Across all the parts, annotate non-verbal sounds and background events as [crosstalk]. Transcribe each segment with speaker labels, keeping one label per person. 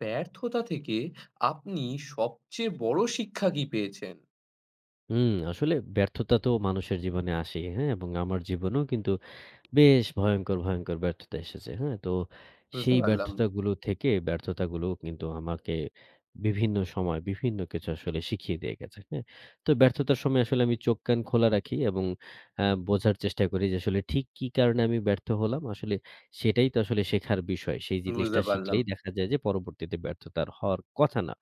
Speaker 1: ব্যর্থতা থেকে আপনি সবচেয়ে বড় শিক্ষা কি পেয়েছেন?
Speaker 2: হুম, আসলে ব্যর্থতা তো মানুষের জীবনে আসেই, হ্যাঁ? এবং আমার জীবনেও কিন্তু বেশ ভয়ংকর, ভয়ংকর ব্যর্থতা এসেছে। হ্যাঁ? তো
Speaker 1: বুঝতে
Speaker 2: সেই
Speaker 1: পারলাম,
Speaker 2: ব্যর্থতাগুলো থেকে ব্যর্থতাগুলো কিন্তু আমাকে বিভিন্ন সময় বিভিন্ন কিছু আসলে শিখিয়ে দিয়ে গেছে। হ্যাঁ? তো ব্যর্থতার সময় আসলে আমি চোখ কান খোলা রাখি এবং বোঝার চেষ্টা করি যে আসলে ঠিক কি কারণে আমি ব্যর্থ হলাম। আসলে সেটাই তো আসলে শেখার বিষয়। সেই জিনিসটা
Speaker 1: বুঝতে পারলাম।
Speaker 2: শিখলেই দেখা যায় যে পরবর্তীতে ব্যর্থতা আর হওয়ার কথা না।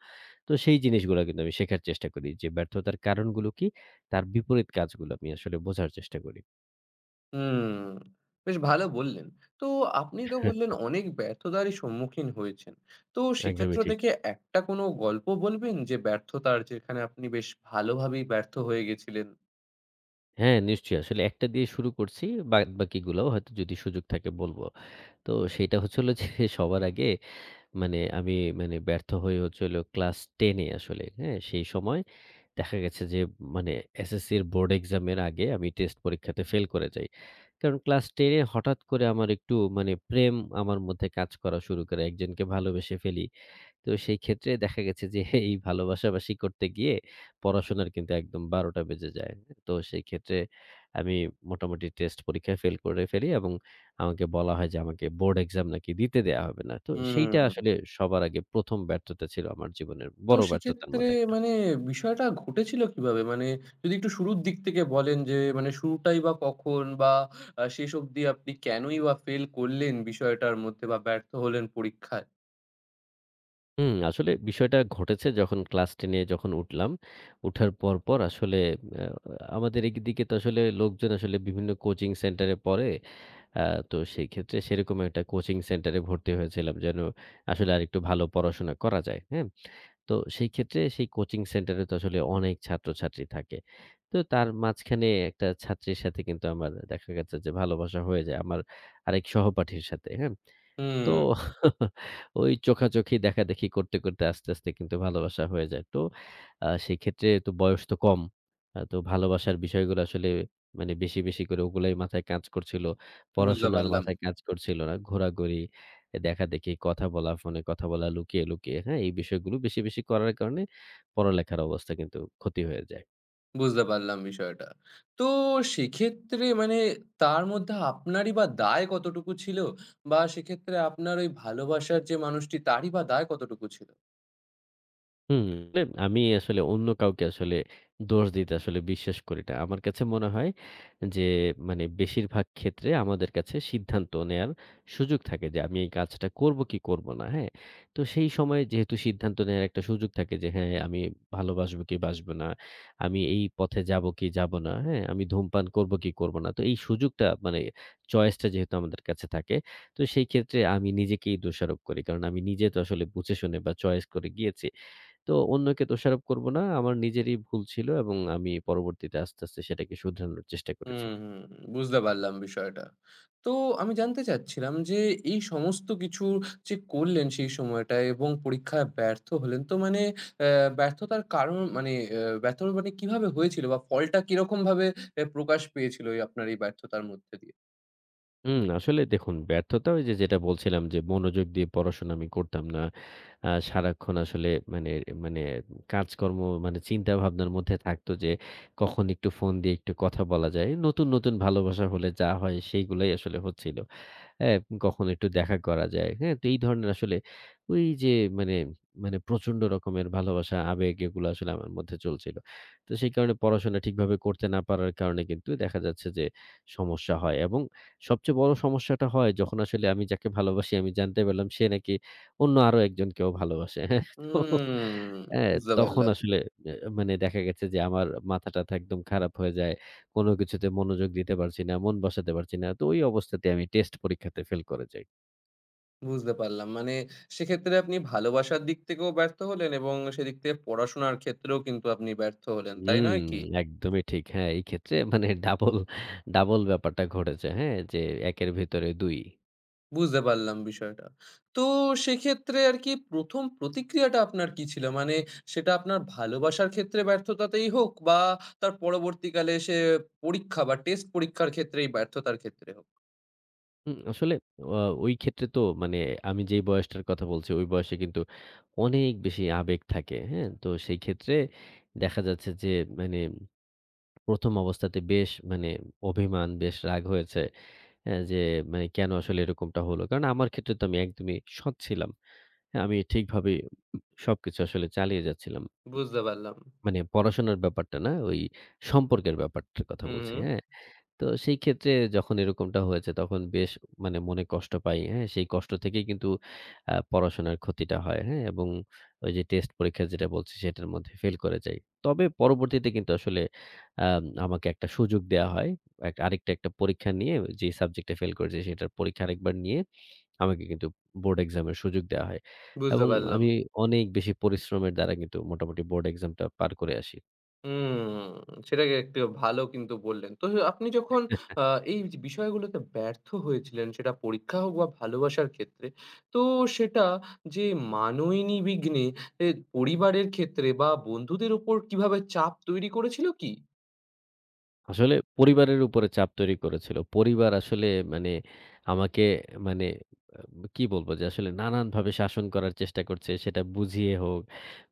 Speaker 2: তো সেই জিনিসগুলা কিন্তু আমি শেখার চেষ্টা করি যে ব্যর্থতার কারণগুলো কি? তার বিপরীত কাজগুলো আমি আসলে বোঝার চেষ্টা করি।
Speaker 1: হুম, বেশ ভালো বললেন। তো আপনি তো
Speaker 2: হ্যাঁ,
Speaker 1: বললেন অনেক ব্যর্থতারই সম্মুখীন হয়েছেন। তো
Speaker 2: একদমই
Speaker 1: সেক্ষেত্র
Speaker 2: ঠিক।
Speaker 1: থেকে একটা কোনো গল্প বলবেন যে ব্যর্থতার যেখানে আপনি বেশ ভালোভাবেই ব্যর্থ হয়ে গেছিলেন?
Speaker 2: হ্যাঁ, নিশ্চয়ই। আসলে একটা দিয়ে শুরু করছি। বাদবাকিগুলাও হয়তো যদি সুযোগ থাকে বলব। তো সেইটা হচ্ছে হলো যে [laughs] সবার আগে মানে আমি ব্যর্থ হয়ে হচ্ছে হলো ক্লাস 10 এ আসলে, হ্যাঁ? সেই সময় দেখা গেছে যে মানে এসএসসির বোর্ড এক্সামের আগে আমি টেস্ট পরীক্ষাতে ফেল করে যাই। কারণ ক্লাস 10 এ হঠাৎ করে আমার একটু মানে প্রেম আমার মধ্যে কাজ করা শুরু করে। একজনকে ভালোবেসে ফেলি। তো সেই ক্ষেত্রে দেখা গেছে যে [laughs] এই ভালোবাসাবাসি করতে গিয়ে পড়াশোনার কিন্তু একদম ১২টা বেজে যায়। তো সেই ক্ষেত্রে আমি মোটামুটি টেস্ট পরীক্ষায় ফেল করে ফেলি এবং আমাকে বলা হয় যে আমাকে বোর্ড এক্সাম নাকি দিতে দেয়া হবে না। তো সেইটা আসলে
Speaker 1: হুম।
Speaker 2: সবার আগে ১ম ব্যর্থতা ছিল আমার জীবনের
Speaker 1: তো
Speaker 2: বড় ব্যর্থতার
Speaker 1: সেক্ষেত্রে
Speaker 2: মধ্যে এক।
Speaker 1: মানে বিষয়টা ঘটেছিল কিভাবে? মানে যদি একটু শুরুর দিক থেকে বলেন যে মানে শুরুটাই বা কখন? বা শেষ অবধি আপনি কেনই বা ফেল করলেন বিষয়টার মধ্যে বা ব্যর্থ হলেন পরীক্ষায়?
Speaker 2: হুম, আসলে বিষয়টা ঘটেছে যখন ক্লাস 10 এ যখন উঠলাম। উঠার পর আসলে আ আমাদের এদিকে তো আসলে লোকজন আসলে বিভিন্ন কোচিং সেন্টারে পড়ে। আ তো সেই ক্ষেত্রে সেরকম একটা কোচিং সেন্টারে ভর্তি হয়েছিলাম যেন আসলে আরেকটু ভালো পড়াশোনা করা যায়। হ্যাঁ? তো সেই ক্ষেত্রে সেই কোচিং সেন্টারে তো আসলে অনেক ছাত্রছাত্রী থাকে। তো তার মাঝখানে একটা ছাত্রীর সাথে কিন্তু আমার দেখা গেছে যে ভালোবাসা হয়ে যায় আমার আরেক সহপাঠীর সাথে। হ্যাঁ? তো
Speaker 1: হুম,
Speaker 2: ওই চোখাচোখি দেখাদেখি করতে, করতে আস্তে, আস্তে কিন্তু ভালোবাসা হয়ে যায়। তো সেক্ষেত্রে তো বয়স তো কম। তো ভালোবাসার বিষয়গুলো আসলে মানে বেশি, বেশি করে ওগুলাই মাথায় কাজ করছিল।
Speaker 1: বুঝতে
Speaker 2: পড়াশোনার
Speaker 1: পারলাম,
Speaker 2: মাথায় কাজ করছিল না। ঘোরাঘুরি, দেখাদেখি, কথা বলা, ফোনে কথা বলা, লুকিয়ে, লুকিয়ে, হ্যাঁ? এই বিষয়গুলো বেশি, বেশি করার কারণে পড়ালেখার অবস্থা কিন্তু ক্ষতি হয়ে যায়।
Speaker 1: বুঝতে পারলাম বিষয়টা। তো সেক্ষেত্রে মানে তার মধ্যে আপনারই বা দায় কতটুকু ছিল? বা সেক্ষেত্রে আপনার ওই ভালোবাসার যে মানুষটি তারই বা দায় কতটুকু ছিল?
Speaker 2: হুম, আসলে আমি আসলে অন্য কাউকে আসলে দোষ দিতে আসলে বিশ্বাস করি না। আমার কাছে মনে হয় যে মানে বেশিরভাগ ক্ষেত্রে আমাদের কাছে সিদ্ধান্ত নেয়ার সুযোগ থাকে যে আমি এই কাজটা করব কি করব না, হ্যাঁ? তো সেই সময়ে যেহেতু সিদ্ধান্ত নেয়ার একটা সুযোগ থাকে যে হ্যাঁ, আমি ভালোবাসবো কি বাসবো না, আমি এই পথে যাব কি যাব না, হ্যাঁ? আমি ধূমপান করব কি করব না। তো এই সুযোগটা মানে চয়েসটা যেহেতু আমাদের কাছে থাকে, তো সেই ক্ষেত্রে আমি নিজেকেই দোষারোপ করি। কারণ আমি নিজে তো আসলে বুঝে শুনে বা চয়েস করে গিয়েছি। তো অন্যকে দোষারোপ করব না। আমার নিজেরই ভুল ছিল এবং আমি পরবর্তীতে আস্তে, আস্তে সেটাকে শুধরানোর চেষ্টা করেছি।
Speaker 1: হুম, হুম, হুম। বুঝতে পারলাম বিষয়টা। তো আমি জানতে চাচ্ছিলাম যে এই সমস্ত কিছু যে করলেন সেই সময়টায় এবং পরীক্ষায় ব্যর্থ হলেন। তো মানে অ্যা ব্যর্থতার কারণ মানে ব্যর্থ মানে কিভাবে হয়েছিল বা ফলটা কিরকমভাবে প্রকাশ পেয়েছিল এই আপনার এই ব্যর্থতার মধ্যে দিয়ে?
Speaker 2: হুম, আসলে দেখুন ব্যর্থতা ওই যে যেটা বলছিলাম যে মনোযোগ দিয়ে পড়াশোনা আমি করতাম না। সারাক্ষণ আসলে মানে মানে কাজকর্ম মানে চিন্তা ভাবনার মধ্যে থাকতো যে কখন একটু ফোন দিয়ে একটু কথা বলা যায়। নতুন, নতুন ভালোবাসা হলে যা হয় সেইগুলাই আসলে হচ্ছিল। হ্যাঁ, কখনো একটু দেখা করা যায়। হ্যাঁ? তো এই ধরনের আসলে ওই যে মানে, মানে প্রচন্ড রকমের ভালোবাসা, আবেগ এগুলো আসলে আমার মধ্যে চলছিল। তো সেই কারণে পড়াশোনা ঠিকভাবে করতে না পারার কারণে কিন্তু দেখা যাচ্ছে যে সমস্যা হয় এবং সবচেয়ে বড় সমস্যাটা হয় যখন আসলে আমি যাকে ভালোবাসি আমি জানতে পারলাম সে নাকি অন্য আরো একজনকেও ভালোবাসে। হ্যাঁ? তো
Speaker 1: হুম,
Speaker 2: হ্যাঁ,
Speaker 1: বুঝতে
Speaker 2: তখন
Speaker 1: পারলাম,
Speaker 2: আসলে এ মানে দেখা গেছে যে আমার মাথা-টাথা একদম খারাপ হয়ে যায়। কোন কিছুতে মনোযোগ দিতে পারছি না, মন বসাতে পারছি না। তো ওই অবস্থাতে আমি টেস্ট পরীক্ষাতে ফেল করে যাই।
Speaker 1: বুঝতে পারলাম। মানে সেক্ষেত্রে আপনি ভালোবাসার দিক থেকেও ব্যর্থ হলেন এবং সেদিক থেকে পড়াশোনার ক্ষেত্রেও কিন্তু আপনি ব্যর্থ হলেন। তাই
Speaker 2: হুম,
Speaker 1: নয় কি?
Speaker 2: একদমই ঠিক। হ্যাঁ, এই ক্ষেত্রে [laughs] মানে ডাবল, ডাবল ব্যাপারটা ঘটেছে। হ্যাঁ, যে ১ এর ভেতরে ২।
Speaker 1: বুঝতে পারলাম বিষয়টা। তো সেক্ষেত্রে আরকি ১ম প্রতিক্রিয়াটা আপনার কি ছিল? মানে সেটা আপনার ভালোবাসার ক্ষেত্রে ব্যর্থতাতেই হোক বা তার পরবর্তীকালে সে পরীক্ষা বা টেস্ট পরীক্ষার ক্ষেত্রেই ব্যর্থতার ক্ষেত্রে হোক।
Speaker 2: হুম, আসলে অ ওই ক্ষেত্রে তো মানে আমি যেই বয়সটার কথা বলছি ওই বয়সে কিন্তু অনেক বেশি আবেগ থাকে। হ্যাঁ? তো সেই ক্ষেত্রে দেখা যাচ্ছে যে মানে ১ম অবস্থাতে বেশ মানে অভিমান, বেশ রাগ হয়েছে। যে মানে কেন আসলে এরকমটা হলো? কারণ আমার ক্ষেত্রে তো আমি একদমই সৎ ছিলাম। হ্যাঁ, আমি ঠিকভাবে সবকিছু আসলে চালিয়ে যাচ্ছিলাম।
Speaker 1: বুঝতে পারলাম।
Speaker 2: মানে পড়াশোনার ব্যাপারটা না, ওই সম্পর্কের ব্যাপারটার কথা
Speaker 1: হুম,
Speaker 2: বলছি,
Speaker 1: হুম।
Speaker 2: হ্যাঁ? তো সেই ক্ষেত্রে যখন এরকমটা হয়েছে তখন বেশ মানে মনে কষ্ট পাই। হ্যাঁ? সেই কষ্ট থেকেই কিন্তু পড়াশোনার ক্ষতিটা হয়। হ্যাঁ? এবং ওই যে টেস্ট পরীক্ষা যেটা বলছি সেটার মধ্যে ফেল করে যাই। তবে পরবর্তীতে কিন্তু আসলে আমাকে একটা সুযোগ দেয়া হয়। আরেকটা একটা পরীক্ষা নিয়ে যে সাবজেক্টে ফেল করেছি সেটার পরীক্ষা আরেকবার নিয়ে আমাকে কিন্তু বোর্ড এক্সামের সুযোগ দেয়া হয়।
Speaker 1: বুঝতে
Speaker 2: এবং
Speaker 1: পারলাম।
Speaker 2: আমি অনেক বেশি পরিশ্রমের দ্বারা কিন্তু মোটামুটি বোর্ড এক্সামটা পার করে আসি।
Speaker 1: হুম, সেটাকে একটু ভালো কিন্তু বললেন। তো আপনি যখন আ এই যে বিষয়গুলোতে ব্যর্থ হয়েছিলেন সেটা পরীক্ষা হোক বা ভালোবাসার ক্ষেত্রে, তো সেটা যে মানোইনিবিঘ্নে এ পরিবারের ক্ষেত্রে বা বন্ধুদের উপর কিভাবে চাপ তৈরি করেছিল কি?
Speaker 2: আসলে পরিবারের উপরে চাপ তৈরি করেছিল। পরিবার আসলে মানে আমাকে মানে আ কি বলব যে আসলে নানানভাবে শাসন করার চেষ্টা করছে। সেটা বুঝিয়ে হোক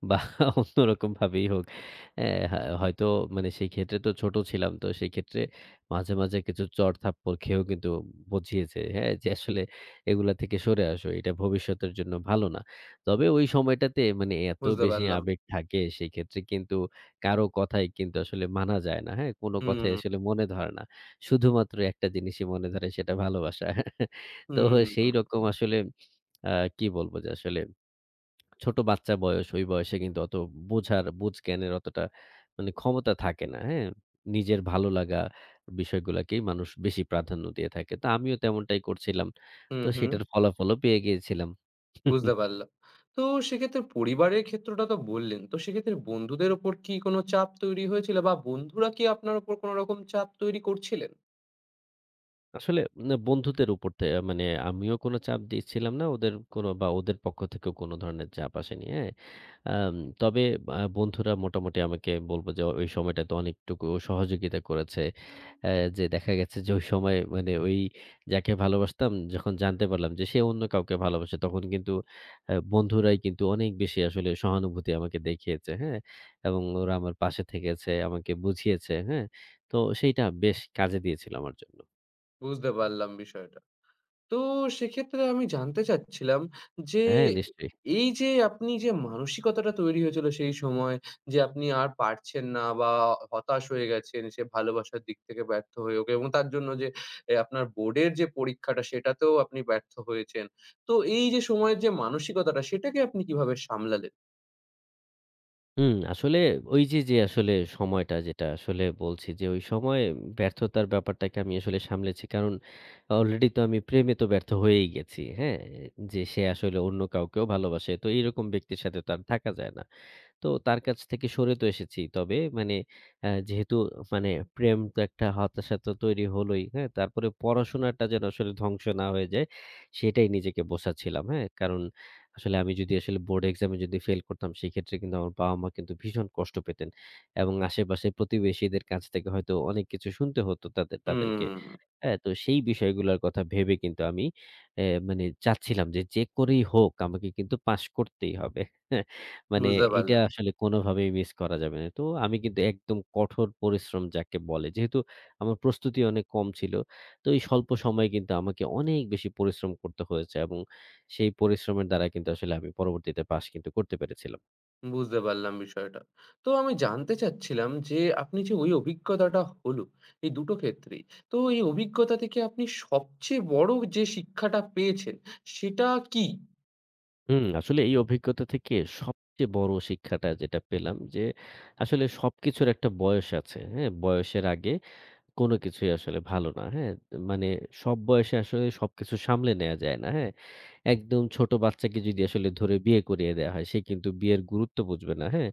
Speaker 2: বা [laughs] অন্যরকমভাবেই হোক। অ্যা হা হয়তো মানে সেই ক্ষেত্রে তো ছোট ছিলাম। তো সেই ক্ষেত্রে মাঝে, মাঝে কিছু চড়-থাপ্পড় খেয়েও কিন্তু বুঝিয়েছে, হ্যাঁ? যে আসলে এগুলা থেকে সরে আসো। এটা ভবিষ্যতের জন্য ভালো না। তবে ওই সময়টাতে মানে এত
Speaker 1: বুঝতে
Speaker 2: বেশি
Speaker 1: পারলাম।
Speaker 2: আবেগ থাকে সেই ক্ষেত্রে কিন্তু কারো কথাই কিন্তু আসলে মানা যায় না। হ্যাঁ? কোন কথাই
Speaker 1: হুম,
Speaker 2: আসলে মনে ধরে না। শুধুমাত্র একটা জিনিসই মনে ধরে সেটা ভালোবাসা। তো
Speaker 1: হুম,
Speaker 2: সেইরকম আসলে আ কি বলব যে আসলে ছোট বাচ্চা বয়স, ওই বয়সে কিন্তু অত বোঝার বুঝ-জ্ঞানের অতটা মানে ক্ষমতা থাকে না। হ্যাঁ? নিজের ভালো লাগা বিষয়গুলাকেই মানুষ বেশি প্রাধান্য দিয়ে থাকে। তো আমিও তেমনটাই করছিলাম।
Speaker 1: হুম,
Speaker 2: তো
Speaker 1: হুম,
Speaker 2: সেটার ফলাফলও পেয়ে গিয়েছিলাম।
Speaker 1: বুঝতে পারলাম। তো সেক্ষেত্রে পরিবারের ক্ষেত্রটা তো বললেন। তো সেক্ষেত্রে বন্ধুদের উপর কি কোনো চাপ তৈরি হয়েছিল বা বন্ধুরা কি আপনার উপর কোন রকম চাপ তৈরি করছিলেন?
Speaker 2: আসলে না বন্ধুদের উপর তে মানে আমিও কোনো চাপ দিচ্ছিলাম না ওদের কোনো বা ওদের পক্ষ থেকেও কোনো ধরনের চাপ আসেনি। হ্যাঁ? আম তবে বন্ধুরা মোটামুটি আমাকে বলব যে ওই সময়টাতে অনেকটুকু সহযোগিতা করেছে। অ্যা যে দেখা গেছে যে ওই সময় মানে ওই যাকে ভালোবাসতাম যখন জানতে পারলাম যে সে অন্য কাউকে ভালোবাসে তখন কিন্তু বন্ধুরাই কিন্তু অনেক বেশি আসলে সহানুভূতি আমাকে দেখিয়েছে। হ্যাঁ? এবং ওরা আমার পাশে থেকেছে, আমাকে বুঝিয়েছে। হ্যাঁ? তো সেইটা বেশ কাজে দিয়েছিল আমার জন্য।
Speaker 1: বুঝতে পারলাম বিষয়টা। তো সেক্ষেত্রে আমি জানতে চাচ্ছিলাম যে,
Speaker 2: হ্যাঁ, নিশ্চয়ই।
Speaker 1: এই যে আপনি যে মানসিকতাটা তৈরি হয়েছিল সেই সময় যে আপনি আর পারছেন না বা হতাশ হয়ে গেছেন সে ভালোবাসার দিক থেকে ব্যর্থ হয়েও এবং তার জন্য যে আপনার বোর্ডের যে পরীক্ষাটা সেটাতেও আপনি ব্যর্থ হয়েছেন। তো এই যে সময়ের যে মানসিকতাটা সেটাকে আপনি কিভাবে সামলালেন?
Speaker 2: হুম, আসলে ওই যে, যে আসলে সময়টা যেটা আসলে বলছি যে, ওই সময় ব্যর্থতার ব্যাপারটাকে আমি আসলে সামলেছি। কারণ অলরেডি তো আমি প্রেমে তো ব্যর্থ হয়েই গেছি। হ্যাঁ? যে সে আসলে অন্য কাউকেও ভালোবাসে। তো এইরকম ব্যক্তির সাথে তো আর থাকা যায় না। তো তার কাছ থেকে সরে তো এসেছি। তবে মানে যেহেতু মানে প্রেম তো একটা হতাশা তো তৈরি হলোই, হ্যাঁ? তারপরে পড়াশোনাটা যেন আসলে ধ্বংস না হয়ে যায়, সেটাই নিজেকে বোঝাচ্ছিলাম, হ্যাঁ? কারণ আসলে আমি যদি আসলে বোর্ড এক্সামে যদি ফেল করতাম, সেক্ষেত্রে কিন্তু আমার বাবা-মা কিন্তু ভীষণ কষ্ট পেতেন এবং আশেপাশের প্রতিবেশীদের কাছ থেকে হয়তো অনেক কিছু শুনতে হতো তাদেরকে।
Speaker 1: হুম,
Speaker 2: হ্যাঁ, তো সেই বিষয়গুলার কথা ভেবে কিন্তু আমি এ মানে চাচ্ছিলাম যে, যে করেই হোক আমাকে কিন্তু পাস করতেই হবে। [laughs] মানে
Speaker 1: বুঝতে
Speaker 2: এইটা
Speaker 1: পারলাম।
Speaker 2: আসলে কোনোভাবেই মিস করা যাবে না। তো আমি কিন্তু একদম কঠোর পরিশ্রম যাকে বলে, যেহেতু আমার প্রস্তুতি অনেক কম ছিল, তো এই স্বল্প সময়ে কিন্তু আমাকে অনেক বেশি পরিশ্রম করতে হয়েছে এবং সেই পরিশ্রমের দ্বারা কিন্তু আসলে আমি পরবর্তীতে পাস কিন্তু করতে পেরেছিলাম।
Speaker 1: বুঝতে পারলাম বিষয়টা। তো আমি জানতে চাচ্ছিলাম যে, আপনি যে ওই অভিজ্ঞতাটা হলো, এই দুটো ক্ষেত্রেই। তো এই অভিজ্ঞতা থেকে আপনি সবচেয়ে বড় যে শিক্ষাটা পেয়েছেন, সেটা কি?
Speaker 2: হুম, আসলে এই অভিজ্ঞতা থেকে সবচেয়ে বড় শিক্ষাটা যেটা পেলাম যে, আসলে সবকিছুর একটা বয়স আছে, হ্যাঁ? বয়সের আগে কোনো কিছুই আসলে ভালো না, হ্যাঁ? মানে সব বয়সে আসলে সবকিছু সামলে নেয়া যায় না, হ্যাঁ? একদম ছোট বাচ্চাকে যদি আসলে ধরে বিয়ে করিয়ে দেয়া হয়, সে কিন্তু বিয়ের গুরুত্ব বুঝবে না, হ্যাঁ?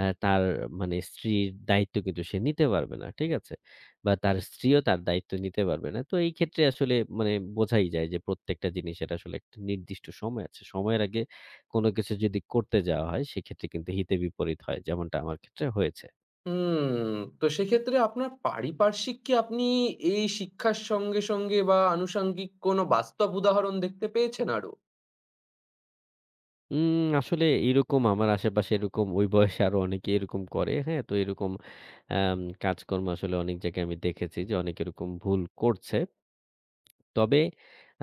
Speaker 2: তার মানে স্ত্রীর দায়িত্ব কিন্তু সে নিতে পারবে না, ঠিক আছে? বা তার স্ত্রীও তার দায়িত্ব নিতে পারবে না। তো এই ক্ষেত্রে আসলে মানে বোঝাই যায় যে প্রত্যেকটা জিনিসের আসলে একটা নির্দিষ্ট সময় আছে। সময়ের আগে কোনো কিছু যদি করতে যাওয়া হয়, সেক্ষেত্রে কিন্তু হিতে বিপরীত হয়। যেমনটা আমার ক্ষেত্রে হয়েছে।
Speaker 1: হুম, তো সেক্ষেত্রে আপনার পারিপার্শ্বিক কি আপনি এই শিক্ষার সঙ্গে, সঙ্গে বা আনুষঙ্গিক কোনো বাস্তব উদাহরণ দেখতে পেয়েছেন আরো?
Speaker 2: আসলে এরকম আমার আশেপাশে এরকম ওই বয়সে আরো অনেকে এরকম করে। হ্যাঁ? তো এরকম কাজকর্ম আসলে অনেক জায়গায় আমি দেখেছি যে অনেকে এরকম ভুল করছে। তবে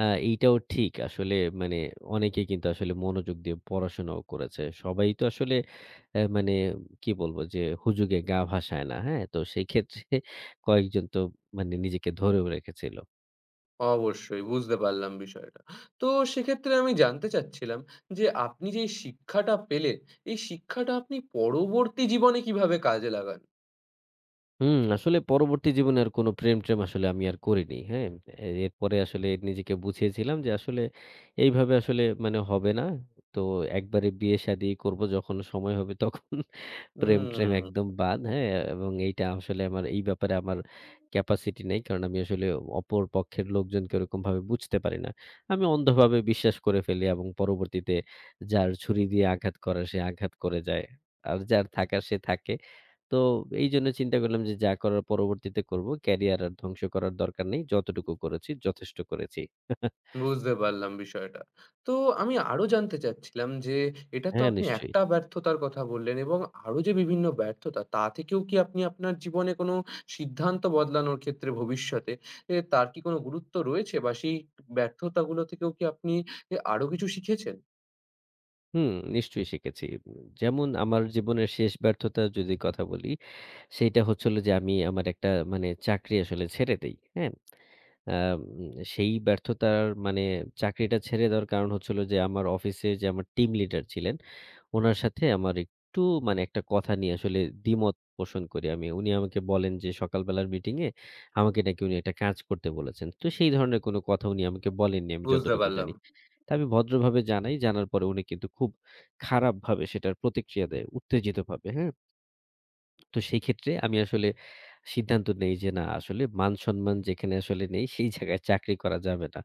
Speaker 2: এইটাও ঠিক আসলে মানে অনেকে কিন্তু আসলে মনোযোগ দিয়ে পড়াশোনাও করেছে। সবাই তো আসলে মানে কি বলবো যে হুজুগে গা ভাসায় না। হ্যাঁ? তো সেই ক্ষেত্রে কয়েকজন তো মানে নিজেকে ধরেও রেখেছিল।
Speaker 1: অবশ্যই বুঝতে পারলাম বিষয়টা। তো সেক্ষেত্রে আমি জানতে চাচ্ছিলাম যে আপনি যে এই শিক্ষাটা পেলেন, এই শিক্ষাটা আপনি পরবর্তী জীবনে কিভাবে কাজে লাগান?
Speaker 2: হুম, আসলে পরবর্তী জীবনে আর কোনো প্রেম-ট্রেম আসলে আমি আর করিনি। হ্যাঁ? এরপরে আসলে নিজেকে বুঝিয়েছিলাম যে আসলে এইভাবে আসলে মানে হবে না। তো একবারে বিয়ে-শাদি করব যখন সময় হবে তখন প্রেম-ট্রেম
Speaker 1: হুম,
Speaker 2: একদম বাদ। হ্যাঁ? এবং এইটা আসলে আমার এই ব্যাপারে আমার ক্যাপাসিটি নেই। কারণ আমি আসলে অপর পক্ষের লোকজনকে ওরকমভাবে বুঝতে পারি না। আমি অন্ধভাবে বিশ্বাস করে ফেলি এবং পরবর্তীতে যার ছুরি দিয়ে আঘাত করার সে আঘাত করে যায়। আর যার থাকার সে থাকে। তো এইজন্য চিন্তা করলাম যে যা করার পরবর্তীতে করব। ক্যারিয়ার আর ধ্বংস করার দরকার নেই। যতটুকু করেছি যথেষ্ট করেছি।
Speaker 1: বুঝতে পারলাম বিষয়টা। তো আমি আরো জানতে চাচ্ছিলাম যে এটা তো
Speaker 2: হ্যাঁ,
Speaker 1: আপনি
Speaker 2: নিশ্চয়ই।
Speaker 1: একটা ব্যর্থতার কথা বললেন এবং আরো যে বিভিন্ন ব্যর্থতা তা থেকেও কি আপনি আপনার জীবনে কোনো সিদ্ধান্ত বদলানোর ক্ষেত্রে ভবিষ্যতে তার কি কোনো গুরুত্ব রয়েছে বা সেই ব্যর্থতাগুলো থেকেও কি আপনি আরো কিছু শিখেছেন?
Speaker 2: হুম, নিশ্চয়ই শিখেছি। যেমন আমার জীবনের শেষ ব্যর্থতার যদি কথা বলি সেইটা হচ্ছে হলো যে আমি আমার একটা মানে চাকরি আসলে ছেড়ে দেই। হ্যাঁ? আম সেই ব্যর্থতার মানে চাকরিটা ছেড়ে দেওয়ার কারণ হচ্ছে হলো যে আমার অফিসে যে আমার টিম লিডার ছিলেন, উনার সাথে আমার একটু মানে একটা কথা নিয়ে আসলে দ্বিমত পোষণ করি আমি। উনি আমাকে বলেন যে সকালবেলার মিটিংয়ে আমাকে নাকি উনি একটা কাজ করতে বলেছেন। তো সেই ধরনের কোনো কথা উনি আমাকে বলেননি আমি
Speaker 1: বুঝতে
Speaker 2: যতটুকু
Speaker 1: পারলাম।
Speaker 2: জানি। তা আমি ভদ্রভাবে জানাই। জানার পরে উনি কিন্তু খুব খারাপভাবে সেটার প্রতিক্রিয়া দেয় উত্তেজিতভাবে। হ্যাঁ? তো সেই ক্ষেত্রে আমি আসলে সিদ্ধান্ত নেই যে না আসলে মান-সম্মান যেখানে আসলে নেই সেই জায়গায় চাকরি করা যাবে না।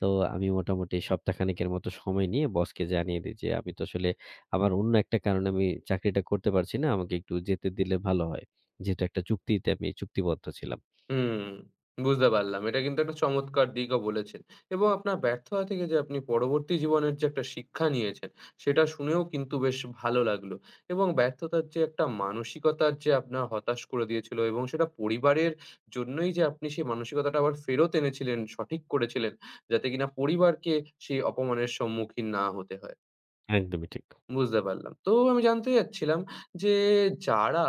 Speaker 2: তো আমি মোটামুটি সপ্তাহখানেকের মতো সময় নিয়ে বসকে জানিয়ে দেই যে আমি তো আসলে আমার অন্য একটা কারণে আমি চাকরিটা করতে পারছি না। আমাকে একটু যেতে দিলে ভালো হয়। যেহেতু একটা চুক্তিতে আমি চুক্তিবদ্ধ ছিলাম।
Speaker 1: হুম, বুঝতে পারলাম। এটা কিন্তু একটা চমৎকার দিকও বলেছেন। এবং আপনার ব্যর্থতা থেকে যে আপনি পরবর্তী জীবনের যে একটা শিক্ষা নিয়েছেন, সেটা শুনেও কিন্তু বেশ ভালো লাগলো। এবং ব্যর্থতার যে একটা মানসিকতার যে আপনার হতাশ করে দিয়েছিল এবং সেটা পরিবারের জন্যই যে আপনি সেই মানসিকতাটা আবার ফেরত এনেছিলেন, সঠিক করেছিলেন, যাতে কিনা পরিবারকে সেই অপমানের সম্মুখীন না হতে হয়।
Speaker 2: একদমই ঠিক।
Speaker 1: বুঝতে পারলাম। তো আমি জানতে চাচ্ছিলাম যে যারা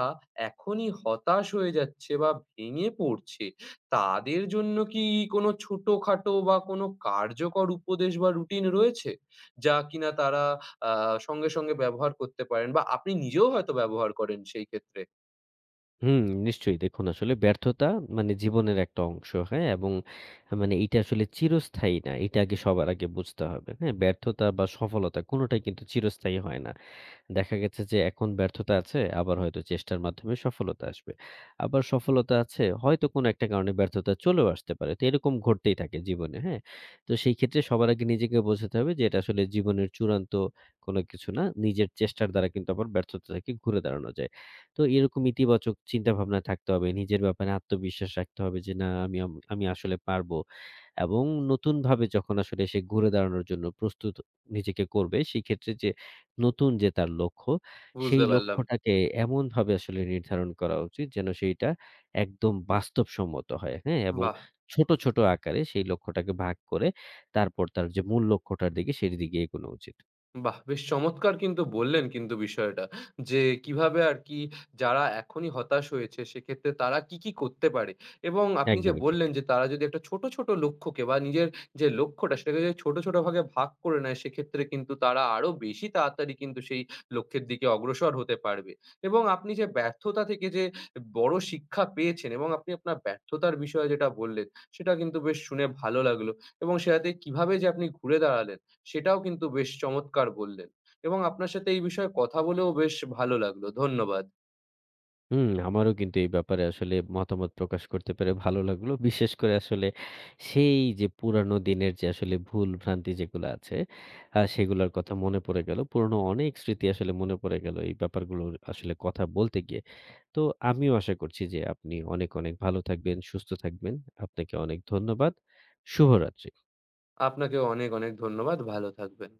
Speaker 1: এখনই হতাশ হয়ে যাচ্ছে বা ভেঙে পড়ছে, তাদের জন্য কি কোনো ছোটখাটো বা কোনো কার্যকর উপদেশ বা রুটিন রয়েছে? যা কিনা তারা আ সঙ্গে, সঙ্গে ব্যবহার করতে পারেন বা আপনি নিজেও হয়তো ব্যবহার করেন সেই ক্ষেত্রে?
Speaker 2: হুম, নিশ্চয়ই। দেখুন আসলে ব্যর্থতা মানে জীবনের একটা অংশ, হ্যাঁ? এবং মানে এটা আসলে চিরস্থায়ী না। এটা আগে সবার আগে বুঝতে হবে, হ্যাঁ? ব্যর্থতা বা সফলতা কোনটাই কিন্তু চিরস্থায়ী হয় না। দেখা গেছে যে এখন ব্যর্থতা আছে, আবার হয়তো চেষ্টার মাধ্যমে সফলতা আসবে। আবার সফলতা আছে, হয়তো কোনো একটা কারণে ব্যর্থতা চলেও আসতে পারে। তো এরকম ঘটতেই থাকে জীবনে, হ্যাঁ? তো সেই ক্ষেত্রে সবার আগে নিজেকে বোঝাতে হবে যে এটা আসলে জীবনের চূড়ান্ত কোনো কিছু না। নিজের চেষ্টার দ্বারা কিন্তু আবার ব্যর্থতাকে ঘুরে দাঁড়ানো যায়। তো এরকম ইতিবাচক চিন্তাভাবনা থাকতে হবে। নিজের ব্যাপারে আত্মবিশ্বাস রাখতে হবে যে, "না আমি আমি আসলে পারবো" এবং নতুনভাবে যখন আসলে সে ঘুরে দাঁড়ানোর জন্য প্রস্তুত নিজেকে করবে, সেই ক্ষেত্রে যে নতুন যে তার লক্ষ্য, সেই
Speaker 1: বুঝতে পারলাম।
Speaker 2: লক্ষ্যটাকে এমনভাবে আসলে নির্ধারণ করা উচিত যেন সেইটা একদম বাস্তবসম্মত হয়। হ্যাঁ? এবং
Speaker 1: বাহ!
Speaker 2: ছোট, ছোট আকারে সেই লক্ষ্যটাকে ভাগ করে তারপর তার যে মূল লক্ষ্যটার দিকে সেটির দিকে এগোনো উচিত।
Speaker 1: বাহ! বেশ চমৎকার কিন্তু বললেন কিন্তু বিষয়টা। যে কিভাবে আরকি যারা এখনই হতাশ হয়েছে সেক্ষেত্রে তারা কি, কি করতে পারে? এবং আপনি যে
Speaker 2: একদমই ঠিক।
Speaker 1: বললেন যে তারা যদি একটা ছোট, ছোট লক্ষ্যকে বা নিজের যে লক্ষ্যটা সেটাকে যদি ছোট, ছোট ভাগে ভাগ করে নেয় সেক্ষেত্রে কিন্তু তারা আরো বেশি তাড়াতাড়ি কিন্তু সেই লক্ষ্যের দিকে অগ্রসর হতে পারবে। এবং আপনি যে ব্যর্থতা থেকে যে বড় শিক্ষা পেয়েছেন এবং আপনি আপনার ব্যর্থতার বিষয়ে যেটা বললেন সেটা কিন্তু বেশ শুনে ভালো লাগলো। এবং সেটাতে কিভাবে যে আপনি ঘুরে দাঁড়ালেন সেটাও কিন্তু বেশ চমৎকার বললেন এবং আপনার সাথে এই বিষয়ে কথা বলেও বেশ ভালো লাগলো। ধন্যবাদ।
Speaker 2: হুম, আমারও কিন্তু এই ব্যাপারে আসলে মতামত প্রকাশ করতে পেরে ভালো লাগলো। বিশেষ করে আসলে সেই যে পুরানো দিনের যে আসলে ভুল-ভ্রান্তি যেগুলো আছে, সেগুলার কথা মনে পড়ে গেল। পুরনো অনেক স্মৃতি আসলে মনে পড়ে গেল এই ব্যাপারগুলো আসলে কথা বলতে গিয়ে। তো আমিও আশা করছি যে আপনি অনেক, অনেক ভালো থাকবেন, সুস্থ থাকবেন। আপনাকে অনেক ধন্যবাদ। শুভরাত্রি।
Speaker 1: আপনাকেও অনেক, অনেক ধন্যবাদ। ভালো থাকবেন।